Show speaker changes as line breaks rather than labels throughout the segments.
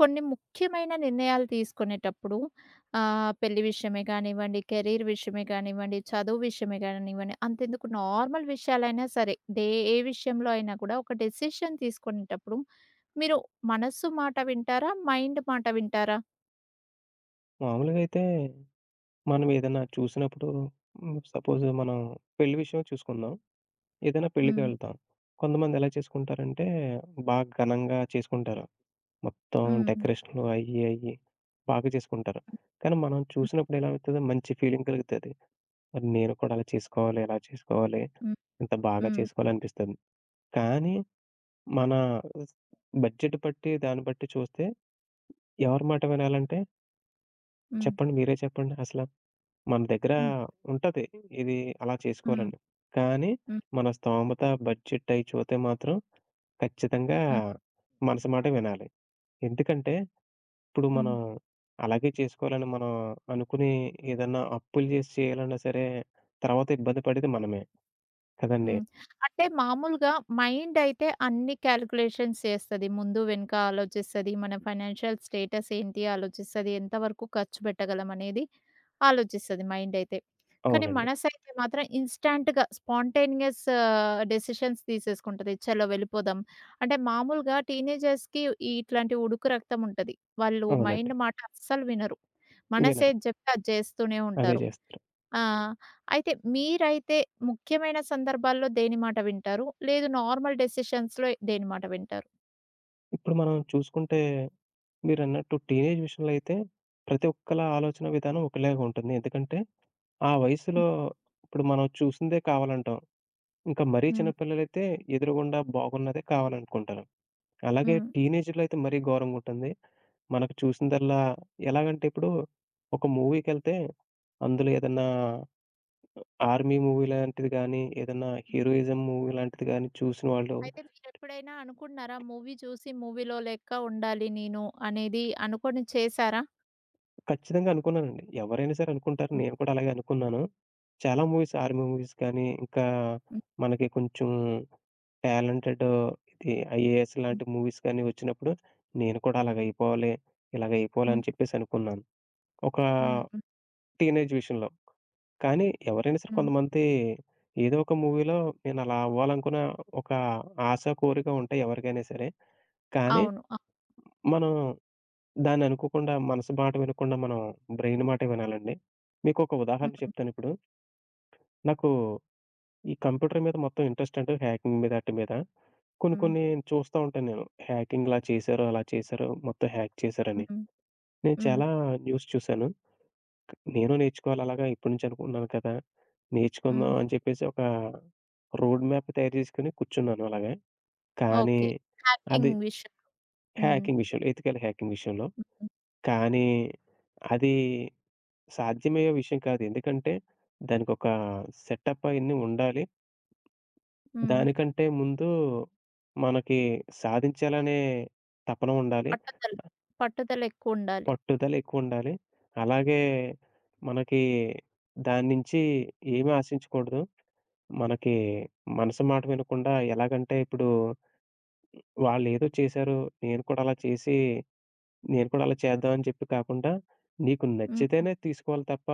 కొన్ని ముఖ్యమైన నిర్ణయాలు తీసుకునేటప్పుడు పెళ్లి విషయమే కానివ్వండి, కెరీర్ విషయమే కానివ్వండి, చదువు విషయమే కానివ్వండి, అంతెందుకు నార్మల్ విషయాలైనా సరే, డే ఏ విషయంలో అయినా కూడా ఒక డెసిషన్ తీసుకునేటప్పుడు మీరు మనస్సు మాట వింటారా? మైండ్ మాట వింటారా?
మామూలుగా అయితే మనం ఏదైనా చూసినప్పుడు సపోజ్ మనం పెళ్లి విషయం చూసుకుందాం. ఏదైనా పెళ్ళికి
హ్మ్.
వెళ్తాం. కొంతమంది ఎలా చేసుకుంటారంటే బాగా ఘనంగా చేసుకుంటారు. మొత్తం
హ్మ్.
డెకరేషన్‌లు అయ్యి బాగా చేసుకుంటారు. కానీ మనం చూసినప్పుడు ఎలా అవుతది, మంచి ఫీలింగ్ కలుగుతది. మరి నేను కూడా అలా చేసుకోవాలి, ఎలా చేసుకోవాలి,
హ్మ్.
ఇంత బాగా
హ్మ్.
చేసుకోవాలి అనిపిస్తది. కానీ మన బడ్జెట్ బట్టి దాన్ని బట్టి చూస్తే ఎవరి మాట వినాలంటే
హ్మ్.
చెప్పండి, మీరే చెప్పండి అసల? మన దగ్గర
హ్మ్. హ్మ్.
ఉంటది ఇది అలా
హ్మ్.
చేసుకోవాలని. కానీ
హ్మ్.
మన స్తోమత, బడ్జెట్ అయి చూతే మాత్రం ఖచ్చితంగా
హ్మ్.
మనసు మాట వినాలి. ఎందుకంటే ఇప్పుడు
హ్మ్.
మనం అలాగే చేసుకోవాలని మనం అనుకుని ఏదన్నా అప్పులు జేసి చేయాలన్నా సరే తర్వాత ఇబ్బంది పడేది మనమే. కదండీ!
హ్మ్. అంటే మామూలుగా మైండ్ అయితే అన్ని కాలిక్యులేషన్స్ చేస్తది. ముందు, వెనక ఆలోచిస్తది. మన ఫైనాన్షియల్ స్టేటస్ ఏంటి ఆలోచిస్తది. ఎంతవరకు ఖర్చు పెట్టగలం అనేది ఆలోచిస్తది మైండ్ అయితే. కానీ
అవునండి.
మనసైతే మాత్రం ఇన్‌స్టాంట్‌గా స్పాంటేనియస్ డెసిషన్స్ తీసేసుకుంటది. చలో వెళ్ళిపోదాం. అంటే మామూలుగా టీనేజర్స్‌కి ఇట్లాంటి ఉడుకు రక్తం ఉంటది. వాళ్ళు
అవునండి.
మైండ్ మాట అస్సలు వినరు.
వినరు.
మనసేది జెప్తే అది చేస్తూనే
అదే
ఉంటారు.
జేస్తారు.
ఆ! అయితే మీరైతే ముఖ్యమైన సందర్భాల్లో దేని మాట వింటారు? లేదు నార్మల్ డెసిషన్స్‌లో దేని మాట వింటారు?
ఇప్పుడు మనం చూసుకుంటే మీరన్నట్టు టీనేజ్ విషయంలో అయితే ప్రతి ఒక్కల ఆలోచన విధానం ఒకలాగా ఉంటుంది. ఎందుకంటే ఆ వయసులో
హ్మ్.
ఇప్పుడు మనం చూసిందే కావాలంటాం. ఇంకా మరీ చిన్న
హ్మ్.
పిల్లలైతే ఎదురుగుండా బాగున్నదే కావాలనుకుంటారు. అలాగే
హ్మ్.
టీనేజ్‌లో అయితే మరీ ఘోరంగుంటుంది. మనకు చూసిందల్లా ఎలాగంటే ఇప్పుడు ఒక మూవీకెళ్తే అందులో ఏదన్నా ఆర్మీ మూవీ లాంటిది గానీ, ఏదన్నా
హ్మ్.
హీరోయిజం మూవీ లాంటిది గానీ చూసిన వాళ్ళు
అయితే మీరెప్పుడైనా అనుకున్నారా? మూవీ చూసి మూవీలో లెక్క ఉండాలి నేను అనేది అనుకోని చేశారా?
ఖచ్చితంగా అనుకున్నానండి. ఎవరైనా సరే అనుకుంటారు.
హ్మ్.
నేను కూడా అలాగే అనుకున్నాను. చాలా మూవీస్, ఆర్మీ మూవీస్ కానీ, ఇంకా
హ్మ్.
మనకి కొంచెం టాలెంటెడ్ ఇది IAS
హ్మ్.
లాంటి మూవీస్ గాని వచ్చినప్పుడు, నేను కూడా అలాగైపోవాలి, ఇలాగైపోవాలి
హ్మ్.
అని చెప్పేసి అనుకున్నాను. ఒక
హ్మ్. హ్మ్.
టీనేజ్ విషయంలో. కానీ ఎవరైనా సరే
హ్మ్.
కొంతమంది ఏదో ఒక మూవీలో నేను అలా అవ్వాలనుకున్న ఒక ఆశ, కోరిక ఉంటాయి ఎవరికైనా సరే. కానీ
అవును. ఆ!
మనం దాన్ని అనుకోకుండా మనసు మాట వినకుండా మనం బ్రైన్ మాట వినాలండి. మీకొక ఉదాహరణ
హ్మ్.
చెప్తానిప్పుడు. నాకు ఈ కంప్యూటర్ మీద మొత్తం ఇంట్రెస్ట్ అంటే హ్యాకింగ్ మీద, ఆటి మీద. కొన్ని
హ్మ్.
కొన్ని చూస్తా ఉంటాను నేను. హ్యాకింగ్ ఇలా చేశారు, అలా చేశారు, మొత్తం హ్యాక్ చేశారని.
హ్మ్.
నేను
హ్మ్.
చాలా న్యూస్ చూశాను. నేను నేర్చుకోవాలి అలాగా ఇప్పటి నుంచి అనుకుంటున్నాను కదా!
హ్మ్.
నేర్చుకుందాం అని చెప్పేసి ఒక రోడ్ మ్యాప్ తయారు చేసుకొని కూర్చున్నాను అలాగా. కానీ
ఓకే. యాక్టింగ్
అది
విషయంలో. హ్మ్.
హ్యాకింగ్ విషయంలో, ఎథికల్ హ్యాకింగ్ విషయంలో.
హ్మ్.
కానీ అది సాధ్యమయ్యే విషయం కాదు. ఎందుకంటే దానికొక సెటప్ అయన్నీ ఉండాలి.
హ్మ్.
దానికంటే ముందు మనకి సాధించాలనే తపన ఉండాలి.
పట్టుదల పట్టుదలెక్కువుండాలి.
పట్టుదల ఎక్కువుండాలి. అలాగే మనకి దాని నుంచి ఏమి ఆశించకూడదు. మనకి మనసు మాట వినకుండా ఎలాగంటే ఇప్పుడు వాళ్ళేదో చేశారు. నేను కూడా అలా చేసి నేను కూడా అలా చేద్దామని చెప్పి కాకుండా, నీకు
హ్మ్.
నచ్చితేనే తీసుకోవాలి తప్ప,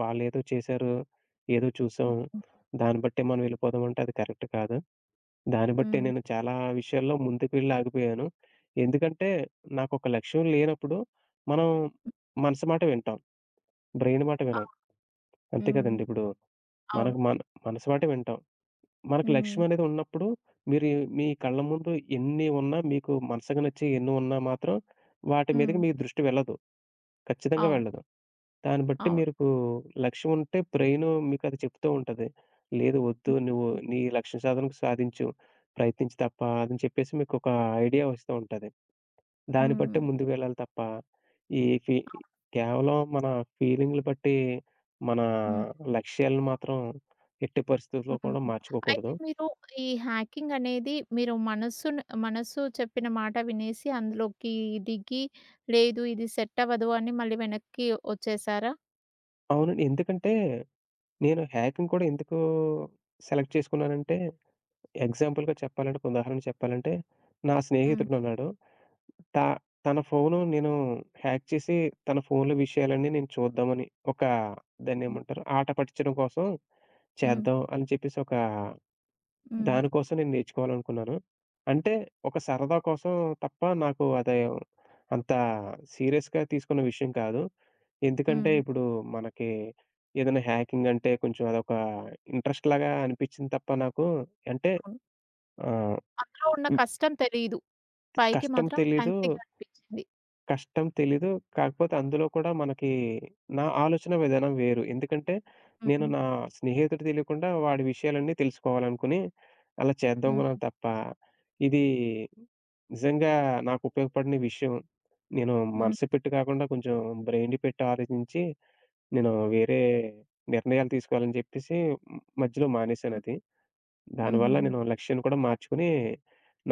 వాళ్ళేదో చేశారు, ఏదో చూసాం,
హ్మ్. హ్మ్.
దాన్ని బట్టే మనం వెళ్ళిపోదామంటే అది కరెక్ట్ కాదు. దాన్ని బట్టే
హ్మ్.
నేను చాలా విషయాల్లో ముందుకెళ్ళి ఆగిపోయాను. ఎందుకంటే, నాకొక లక్ష్యం లేనప్పుడు మనం మనసు మాట వింటాం. బ్రెయిన్ మాట వినం.
ఆ!
అంతే
హ్మ్.
కదండీ! ఇప్పుడు మనకు
అవును.
మన మనసు మాట వింటాం. మనకు లక్ష్యం
హ్మ్.
అనేది ఉన్నప్పుడు మీ కళ్ళ ముందు ఎన్ని ఉన్నా, మీకు మనసుకు నచ్చేయి ఎన్ని ఉన్నా మాత్రం వాటి మీదకి
హ్మ్.
మీ దృష్టి వెళ్ళదు. ఖచ్చితంగా
అవును.
వెళ్ళదు. దాన్ని బట్టి
అవును.
మీరుకు లక్ష్యం ఉంటే బ్రెయిను మీకది చెప్తూ ఉంటది. లేదు, వద్దు, నువ్వు
హ్మ్.
నీ లక్ష్య సాధనకు సాధించు. ప్రయత్నించు తప్ప అని చెప్పేసి మీకొక ఐడియా వస్తూ ఉంటది. దాన్ని బట్టే
హ్మ్.
ముందుకు వెళ్ళాలి తప్ప, ఈ ఫీ
అవును.
కేవలం మన ఫీలింగ్‌లు బట్టి మన
హ్మ్.
లక్ష్యాలను మాత్రం ఎట్టి పరిస్థితుల్లో
హ్మ్.
కూడా
అయితే
మార్చుకోకూడదు.
మీరు హ్యాకింగ్ అనేది మీరు మనస్సు చెప్పిన మాట వినేసి అందులోకి దిగి, లేదు ఇది సెట్ అవ్వదు అని మళ్ళీ వెనక్కి వచ్చేసారా?
అవునండి. ఎందుకంటే నేను హ్యాకింగ్ కూడా ఎందుకు సెలెక్ట్ చేసుకున్నానంటే ఎగ్జాంపుల్‌గా చెప్పాలంటే, ఒక ఉదాహరణ చెప్పాలంటే, నా
హ్మ్.
స్నేహితుడున్నాడు. త తన ఫోను నేను హ్యాక్ చేసి, తన ఫోన్‌లో విషయాలన్నీ నేను చూద్దామని ఒక
హ్మ్.
దాన్నేమంటారు, ఆట పట్టించడం కోసం
హ్మ్.
చేద్దాం అని చెప్పేసి ఒక
హ్మ్.
దానికోసం నేను నేర్చుకోవాలనుకున్నాను. అంటే ఒక సరదా కోసం తప్ప నాకు అది అంత సీరియస్‌గా తీసుకున్న విషయం కాదు. ఎందుకంటే,
హ్మ్.
ఇప్పుడు మనకి ఏదైనా హ్యాకింగ్ అంటే కొంచెం అదొక ఇంట్రెస్ట్‌లాగా అనిపించింది తప్ప నాకు అంటే
అవును.
ఆహ్
అందులో ఉన్న
హ్మ్.
కష్టం తెలీదు. పైకి
కష్టం
మాత్రం
తెలీదు.
ఫ్యాన్సీగా అనిపించింది.
కష్టం తెలీదు. కాకపోతే అందులో కూడా మనకి నా ఆలోచన విధానం వేరు. ఎందుకంటే నేను
హ్మ్.
నా స్నేహితుడు తెలియకుండా వాడి విషయాలన్నీ తెలుసుకోవాలనుకుని అలా చేద్దామనుకున్నాను
హ్మ్.
తప్ప, ఇది నిజంగా నాకు ఉపయోగపడిన విషయం. నేను
హ్మ్.
మనసు పెట్టి కాకుండా కొంచెం బ్రెయిన్ పెట్టి ఆలోచించి నేను వేరే నిర్ణయాలు తీసుకోవాలని చెప్పేసి మధ్యలో
హ్మ్.
మానేశానది. దానివల్ల
హుహుహు.
నేను లక్ష్యాన్ని కూడా మార్చుకొని,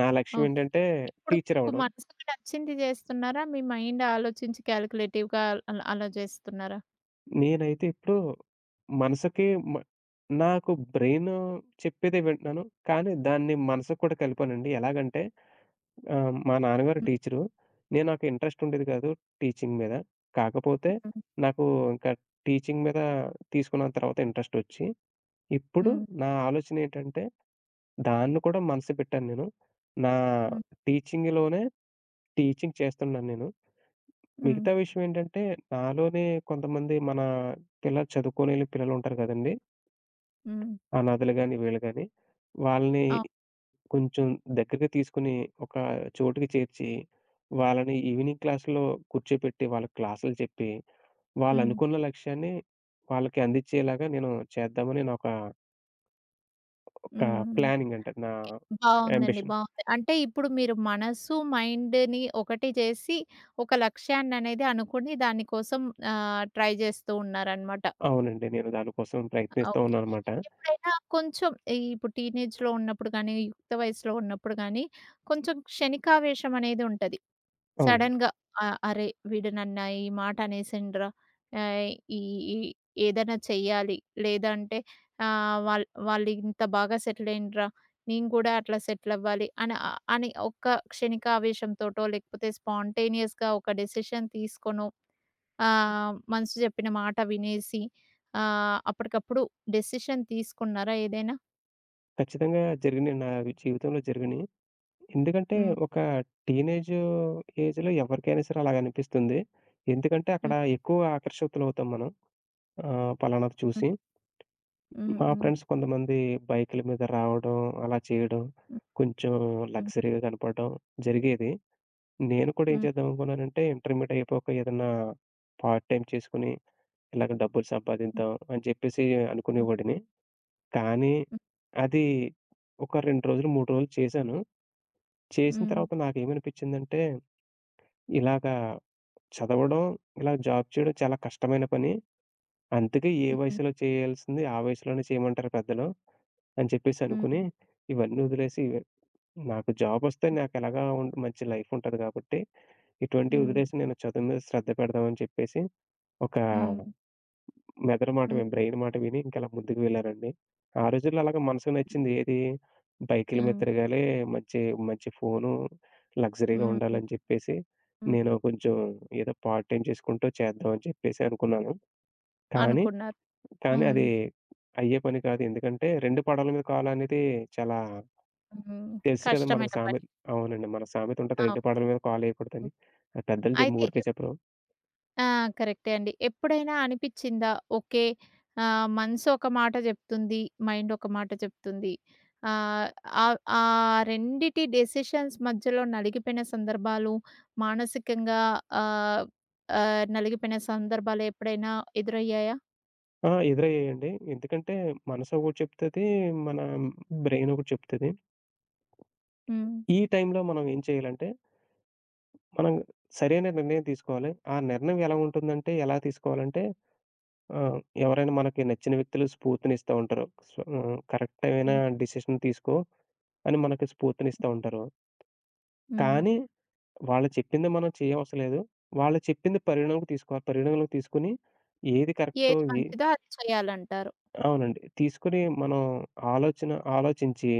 నా లక్ష్యం
ఓకే.
ఏంటంటే
ఇప్పుడు
టీచర్
మీకు
అవ్వడం.
మనసుకి నచ్చింది జేస్తున్నారా? మీ మైండ్ ఆలోచించి కాలిక్యులేటివ్‌గా అలా అలా జేస్తున్నారా?
నేనైతే ఇప్పుడు మనసుకి మ నాకు బ్రెయిను చెప్పేదే వింటున్నాను. కానీ దాన్ని మనసుకి కూడా కలిపానండి. ఎలాగంటే మా నాన్నగారు
హ్మ్.
టీచరు. నేను నాకు ఇంట్రెస్ట్ ఉండేది కాదు టీచింగ్ మీద. కాకపోతే నాకు ఇంకా టీచింగ్ మీద తీసుకున్న తర్వాత ఇంట్రెస్ట్ వచ్చి, ఇప్పుడు
హ్మ్.
నా ఆలోచన ఏంటంటే దాన్ని కూడా మనసు పెట్టాను నేను. నా
హ్మ్.
టీచింగ్‌లోనే టీచింగ్ చేస్తున్నాను నేను.
హ్మ్.
మిగతా విషయం ఏంటంటే, నాలోనే కొంతమంది మన పిల్లలు, చదువుకోలేని పిల్లలుంటారు గదండీ!
హ్మ్.
అనాథలు గాని, వీళ్ళు గాని. వాళ్ళని
అవును.
కొంచెం దగ్గరకి తీసుకొని, ఒక చోటుకి చేర్చి, వాళ్ళని ఈవినింగ్ క్లాస్‌లో కూర్చోపెట్టి, వాళ్ళకి క్లాసులు చెప్పి,
హ్మ్.
వాళ్ళనుకున్న లక్ష్యాన్ని వాళ్ళకి అందిచ్చేలాగా నేను చేద్దామని నా ఒక, ఒక
హ్మ్.
ప్లానింగ్ అంటే నా
బావుందండి.
యాంబిషన్.
బావుంది. అంటే ఇప్పుడు మీరు మనసు, మైండ్‌ని ఒకటి జేసి ఒక లక్ష్యాన్ననేది అనుకుని దాని కోసం ట్రై జేస్తూ ఉన్నారనమాట.
అవునండి. నేను దానికోసం ప్రయత్నిస్తూ
ఓకే.
ఉన్నాననమాట.
ఎప్పుడైనా కొంచెం ఈ ఇప్పుడు టీనేజ్‌లో ఉన్నప్పుడు గానీ, యుక్త వయసులో ఉన్నప్పుడు గానీ కొంచెం క్షణికావేశం అనేది ఉంటది.
అవునండి.
సడెన్‌గా అరే! వీడు నన్ను ఈ మాట అనేసిండ్రా! ఆహ్, ఈ ఈ ఏదైనా చెయ్యాలి. లేదంటే వాళ్ళు ఇంత బాగా సెటిల్ అయిండ్రా! నేను కూడా అట్లా సెటిల్ అవ్వాలి అని అని ఒక్క క్షణికావేశంతోటో లేకపోతే స్పాంటేనియస్‌గా ఒక డెసిషన్ తీసుకొనో మనసు చెప్పిన మాట వినేసి అప్పటికప్పుడు డెసిషన్ తీసుకున్నారా ఏదైనా?
ఖచ్చితంగా జరిగినియి నా జీవితంలో జరిగినియి. ఎందుకంటే
హ్మ్.
ఒక టీనేజ్ ఏజ్‌లో ఎవరికైనా సరే అలాగ అనిపిస్తుంది. ఎందుకంటే అక్కడ
హ్మ్.
ఎక్కువ ఆకర్షితులవుతాం మనం. పలానాది
హ్మ్.
చూసి.
హ్మ్.
మా
హ్మ్.
ఫ్రెండ్స్ కొంతమంది బైకుల మీద రావడం, అలా చేయడం, కొంచెం
హ్మ్.
లగ్జరీగా కనపడడం జరిగేది. నేను కూడా ఏం
హ్మ్.
చేద్దాం అనుకున్నానంటే ఇంటర్మీడియేట్ అయిపోయాక ఏదన్నా పార్ట్ టైమ్ చేసుకొని ఇలాగ డబ్బులు
హ్మ్.
సంపాదిద్దాం అని చెప్పేసి
హ్మ్. హ్మ్.
అనుకునేవాడిని. కానీ అది ఒక 2 రోజులు, 3 రోజులు చేశాను. చేసిన
హ్మ్.
తర్వాత నాకేమనిపించిందంటే ఇలాగా చదవడం, ఇలా జాబ్ చేయడం చాలా కష్టమైన పని. అందుకే ఏ
హ్మ్.
వయసులో చేయాల్సింది ఆ వయసులోనే చేయమంటారు పెద్దలు అని చెప్పేసి
హ్మ్.
అనుకుని
హ్మ్.
ఇవన్నీ వదిలేసి ఇవి- నాకు జాబొస్తే నాకెలాగా మంచి లైఫ్ ఉంటది కాబట్టి ఇటువంటివి
హ్మ్.
వదిలేసి నేను చదువు మీద శ్రద్ధ పెడదామని చెప్పేసి ఒక
హ్మ్.
మెదడు మాట
హ్మ్.
విని, బ్రైన్ మాట విని ఇంకలా ముందుకు వెళ్ళానండి. ఆ రోజుల్లో అలాగా మనసుకు నచ్చింది ఏది బైకుల మీద
హ్మ్.
తిరగాలి, మంచి మంచి ఫోను, లగ్జరీగా
హ్మ్.
ఉండాలని చెప్పేసి,
హ్మ్.
నేను కొంచెం ఏదో పార్ట్ టైమ్ చేసుకుంటూ చేద్దాం అని చెప్పేసి అనుకున్నాను. కానీ,
అనుకున్నారు.
కానీ
హ్మ్.
అది అయ్యే పని కాదు. ఎందుకంటే 2 పడవల మీద కాలనేది చాలా
హ్మ్.
తెలుసు కదా! మనకు
కష్టమైన పని.
సామెత. అవునండి. మన సామెత ఉంటది, 2
అవును.
పడవల మీద కాలేయకూడదని. అది పెద్దలు జెప్
అయితే
ఊరికే
ఎప్
చెప్పరు.
ఆ! కరెక్టే అండి. ఎప్పుడైనా అనిపిచ్చిందా? ఓకే. మనసు ఒక మాట జెప్తుంది. మైండ్ ఒక మాట చెప్తుంది. ఆహ్, ఆ రెండిటి డెసిషన్స్ మధ్యలో నలిగిపోయిన సందర్భాలు, మానసికంగా ఆహ్, నలిగిపోయిన సందర్భాలు ఎప్పుడైనా ఎదురయ్యాయా?
ఆ! ఎదురయ్యాయండి. ఎందుకంటే మనసు ఒకటి చెప్తది. మన బ్రెయిన్ ఒకటి చెప్తది.
హ్మ్.
ఈ టైంలో మనం ఏం చేయాలంటే, మనం సరైన నిర్ణయం తీసుకోవాలి. ఆ నిర్ణయం ఎలా ఉంటుందంటే, ఎలా తీసుకోవాలంటే ఆహ్, ఎవరైనా మనకి నచ్చిన వ్యక్తులు స్ఫూర్తినిస్తా ఉంటారు. సో, కరెక్ట్ అయిన
హ్మ్.
డిసిషన్ తీసుకో అని మనకి స్ఫూర్తినిస్తా ఉంటారు.
హ్మ్.
కానీ వాళ్ళు చెప్పింది మనం చేయవసరం లేదు. వాళ్ళు చెప్పింది పరిగణలోకి తీసుకోవాలి. పరిగణలోకి తీసుకొని ఏది కరెక్టో
ఏది
ఏ
మంచిదో అది చేయాలంటారు.
అవునండి. తీసుకొని మనం ఆలోచన ఆలోచించి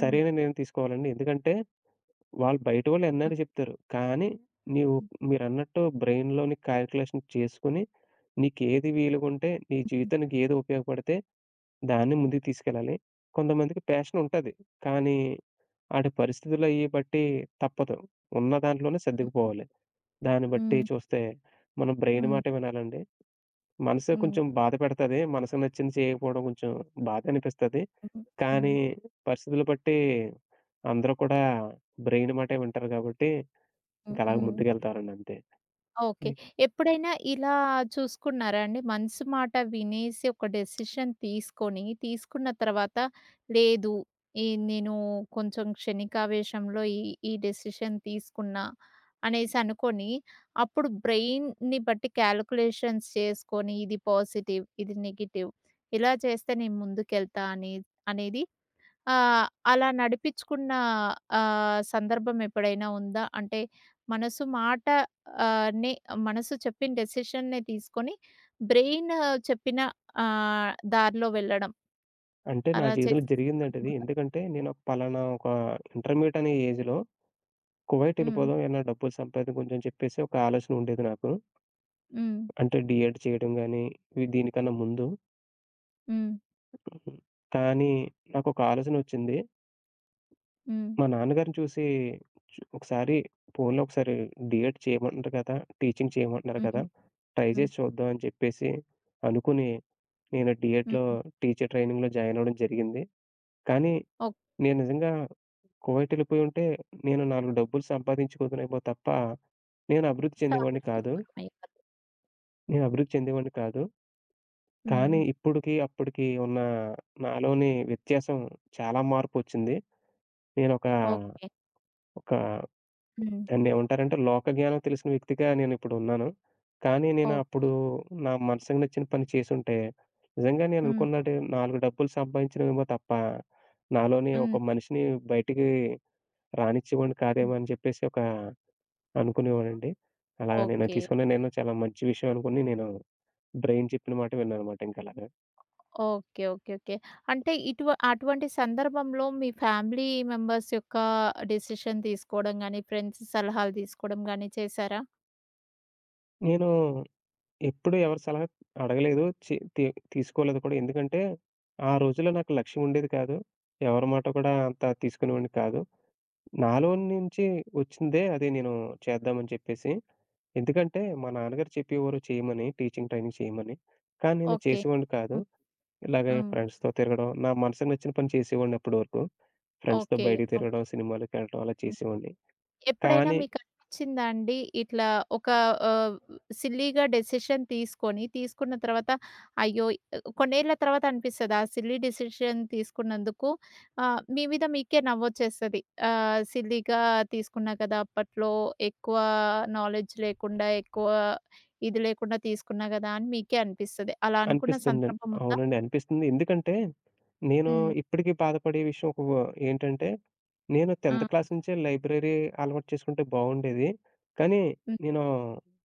హ్మ్.
సరైన నిర్ణయం తీసుకోవాలండి. ఎందుకంటే బయట వాళ్ళు ఎన్నైనా చెప్తారు. కానీ నీవు మీరన్నట్టు బ్రెయిన్‌లోని కాలిక్యులేషన్ చేసుకొని, నీకేది వీలుగుంటే, నీ
హ్మ్.
జీవితానికి ఏది ఉపయోగపడితే దాన్ని ముందుకు తీసుకెళ్ళాలి. కొంతమందికి ప్యాషన్ ఉంటది. కానీ ఆడి పరిస్థితులు అయ్యి బట్టి తప్పదు. ఉన్న దాంట్లోనే సర్దుకుపోవాలి. దాన్ని బట్టి
హ్మ్.
చూస్తే మనం బ్రెయిన్
హ్మ్.
మాట వినాలండి. మనసు
హ్మ్.
కొంచెం బాధ పెడతది. మనసుకు నచ్చింది చేయకపోవడం కొంచెం బాధ అనిపిస్తది. కానీ
హ్మ్.
పరిస్థితులు బట్టి అందరూ కూడా బ్రెయిన్ మాటే వింటారు కాబట్టి, ఇంక
హ్మ్.
అలాగే
హ్మ్.
ముందుకెళ్తారండి అంతే.
ఓకే.
ని
ఎప్పుడైనా ఇలా చూసుకున్నారా అండి? మనసు మాట వినేసి ఒక డెసిషన్ తీసుకొని, తీసుకున్న తర్వాత లేదు ఈ నేను కొంచెం క్షణికావేశంలో ఈ ఈ డెసిషన్ తీసుకున్నా అనేసి అనుకోని, అప్పుడు బ్రెయిన్‌ని బట్టి క్యాలిక్యులేషన్స్ చేసుకొని ఇది పాజిటివ్, ఇది నెగెటివ్ ఇలా చేస్తే నేను ముందుకెళ్తా అని అనేది అలా నడిపించుకున్న సందర్భం ఎప్పుడైనా ఉందా? అంటే మనసు మాట ఆహ్, ని మనసు చెప్పిన డెసిషన్‌ని తీసుకొని బ్రెయిన్ చెప్పిన దారిలో వెళ్ళడం.
అంటే నా
అలా
జీవితంలో
చేసిన సందర్భం
జరిగిందండి ఇది.
ఉందా?
ఎందుకంటే నేను ఒక పలానా ఒక ఇంటర్మీడియేట్ అనే ఏజ్‌లో కువైట్
హ్మ్.
వెళ్ళిపోదాం, ఏమైనా డబ్బులు సంపాదిద్దాం కొంచెం అని చెప్పేసి ఒక ఆలోచన ఉండేది నాకు.
హ్మ్.
అంటే డీఎడ్ చేయడం గాని, ఇవి దీనికన్నా ముందు.
హ్మ్.
కానీ నాకొక ఆలోచన వచ్చింది.
హ్మ్.
మా నాన్నగారిని చూసి ఒకసారి ఫోన్‌లో ఒకసారి డీఎడ్ చేయమంటున్నారు కదా! టీచింగ్ చేయమంటున్నారు కదా!
హ్మ్.
ట్రై
హ్మ్.
చేసి చూద్దాం అని చెప్పేసి అనుకుని నేను
హ్మ్.
డీఎడ్‌లో టీచర్ ట్రైనింగ్‌లో జాయిన్ అవ్వడం జరిగింది. కానీ
ఓకే.
నేను నిజంగా కువైట్ వెళ్ళిపోయి ఉంటే నేను నాలుగు డబ్బులు సంపాదించుకునేమో తప్ప నేను అభివృద్ధి చెందేవాడిని
ఫ్యామిలీకి
కాదు.
దూరమయ్యారు.
నేను అభివృద్ధి చెందేవాడిని కాదు.
హ్మ్.
కానీ ఇప్పటికి అప్పటికి ఉన్న నాలోని వ్యత్యాసం చాలా మార్పొచ్చింది. నేనొక
ఓకే.
ఒక ఒక
హ్మ్.
అండ్ ఏమంటారంటే లోక జ్ఞానం తెలిసిన వ్యక్తిగా నేనిప్పుడున్నాను. కానీ నేను
ఓకే.
అప్పుడు నా మనసుకు నచ్చిన పని చేసుంటే, నిజంగా
హ్మ్.
నేననుకున్నట్టు 4 డబ్బులు సంపాదించడమేమో తప్ప, నాలోని
హ్మ్.
ఒక మనిషిని బయటికి రానిచ్చేవాడిని
హ్మ్.
కాదేమో అని చెప్పేసి ఒక అనుకునేవాడండి. అలాగా నేను
ఓకే.
తీసుకున్న నిర్ణయం చాలా మంచి విషయం అనుకుని నేను బ్రెయిన్ చెప్పిన మాట విన్నాననమాట ఇంకలాగా.
ఓకే. ఓకే. ఓకే. అంటే అటువంటి సందర్భంలో మీ ఫ్యామిలీ మెంబర్స్ యొక్క డెసిషన్ తీసుకోవడం గాని, ఫ్రెండ్స్ సలహాలు తీసుకోవడం గాని చేశారా?
నేను ఎప్పుడు ఎవరి సలహా అడగలేదు. చి తీ తీసుకోలేదు కూడా. ఎందుకంటే, ఆ రోజుల్లో నాకు లక్ష్యం ఉండేది కాదు. ఎవరి మాట కూడా అంత తీసుకునేవాడిని కాదు. నాలో నుంచి వచ్చిందే అది నేను చేద్దామని చెప్పేసి. ఎందుకంటే, మా నాన్నగారు చెప్పేవారు చేయమని, టీచింగ్ ట్రైనింగ్ చేయమని. కానీ నేను
ఓకే.
చేసేవాడిని కాదు.
హ్మ్.
ఇలాగే
హ్మ్.
ఫ్రెండ్స్‌తో తిరగడం, నా మనసుకు నచ్చిన పని చేసేవాడిని అప్పటి వరకు. ఫ్రెండ్స్‌తో
ఓకే.
బయటికి తిరగడం,
ఓకే.
సినిమాలకెళ్ళడం అలా చేసేవాడిని.
ఎప్పుడైనా
కానీ
మీకనిపించిందా అండి? ఇట్లా ఒక ఆహ్, సిల్లీగా డెసిషన్ తీసుకొని, తీసుకున్న తర్వాత అయ్యో! కొన్నేళ్ల తర్వాత అనిపిస్తది. ఆ సిల్లీ డెసిషన్ తీసుకున్నందుకు మీ మీద మీకే నవ్వొచ్చేస్తది. సిల్లీగా తీసుకున్నా కదా! అప్పట్లో ఎక్కువ నాలెడ్జ్ లేకుండా, ఎక్కువ ఇది లేకుండా తీసుకున్నా కదా! అని మీకే అనిపిస్తది. అలా అనుకున్న
అనిపిస్తుందండి.
సందర్భం ఉందా?
అవునండి. అనిపిస్తుంది. ఎందుకంటే, నేను
హ్మ్.
ఇప్పటికి బాధపడే విషయం ఒక ఏంటంటే, నేను 10వ
ఆ!
క్లాస్ నుంచే లైబ్రరీ అలవాటు చేసుకుంటే బాగుండేది. కానీ,
హ్మ్.
నేను,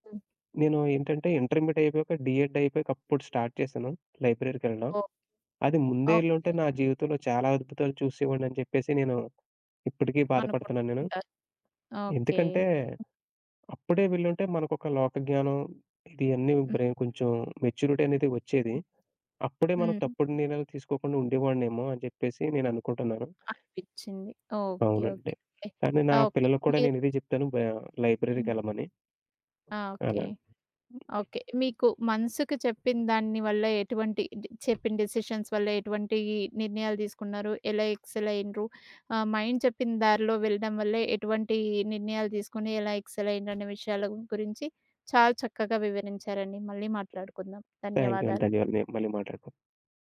హ్మ్.
నేను ఏంటంటే ఇంటర్మీడియేట్ అయిపోయాక, డీఎడ్ అయిపోయాక అప్పుడు స్టార్ట్ చేశాను లైబ్రరీకెళ్ళడం.
ఓహ్!
అది ముందే
ఓహ్!
ఎళ్ళుంటే నా జీవితంలో చాలా అద్భుతాలు చూసేవాడినని చెప్పేసి నేను ఇప్పటికీ
అనుకుంటూ
బాధపడుతున్నాను నేను.
ఉంటారు. ఓకే.
ఎందుకంటే, అప్పుడే వెళ్ళుంటే మనకొక లోక జ్ఞానం ఇది అన్నీ
హ్మ్.
బ్రె కొంచెం మెచ్యూరిటీ అనేది వచ్చేది. అప్పుడే మనం
హ్మ్.
తప్పుడు నిర్ణయాలు తీసుకోకుండా ఉండేవాడినేమో అని చెప్పేసి నేననుకుంటున్నాను.
అనిపించింది. ఓకే.
అవునండి.
ఓకే. ఓకే.
కానీ నా
ఆ! ఓకే.
పిల్లలకి కూడా
మీరు
నేనిదే జెప్తాను
హ్మ్.
లైబ్రరీకెళ్ళమని.
ఆ! ఓకే.
అలా.
ఓకే. మీకు మనసుకు చెప్పిన దాన్ని వల్ల ఎటువంటి చెప్పిన డెసిషన్స్ వల్ల ఎటువంటి నిర్ణయాలు తీసుకున్నారు? ఎలా ఎక్సెల్ అయ్యిండ్రు? మైండ్ చెప్పిన దారిలో వెళ్ళడం వల్ల ఎటువంటి నిర్ణయాలు తీసుకొని ఎలా ఎక్సెల్ అయ్యిండ్రు అనే విషయాల గురించి చాలా చక్కగా వివరించారండి. మళ్ళీ మాట్లాడుకుందాం.
థాంక్ యూ అండి.
ధన్యవాదాలు.
ధన్యవాదాలు. మళ్ళీ మాట్లాడుకుందాం.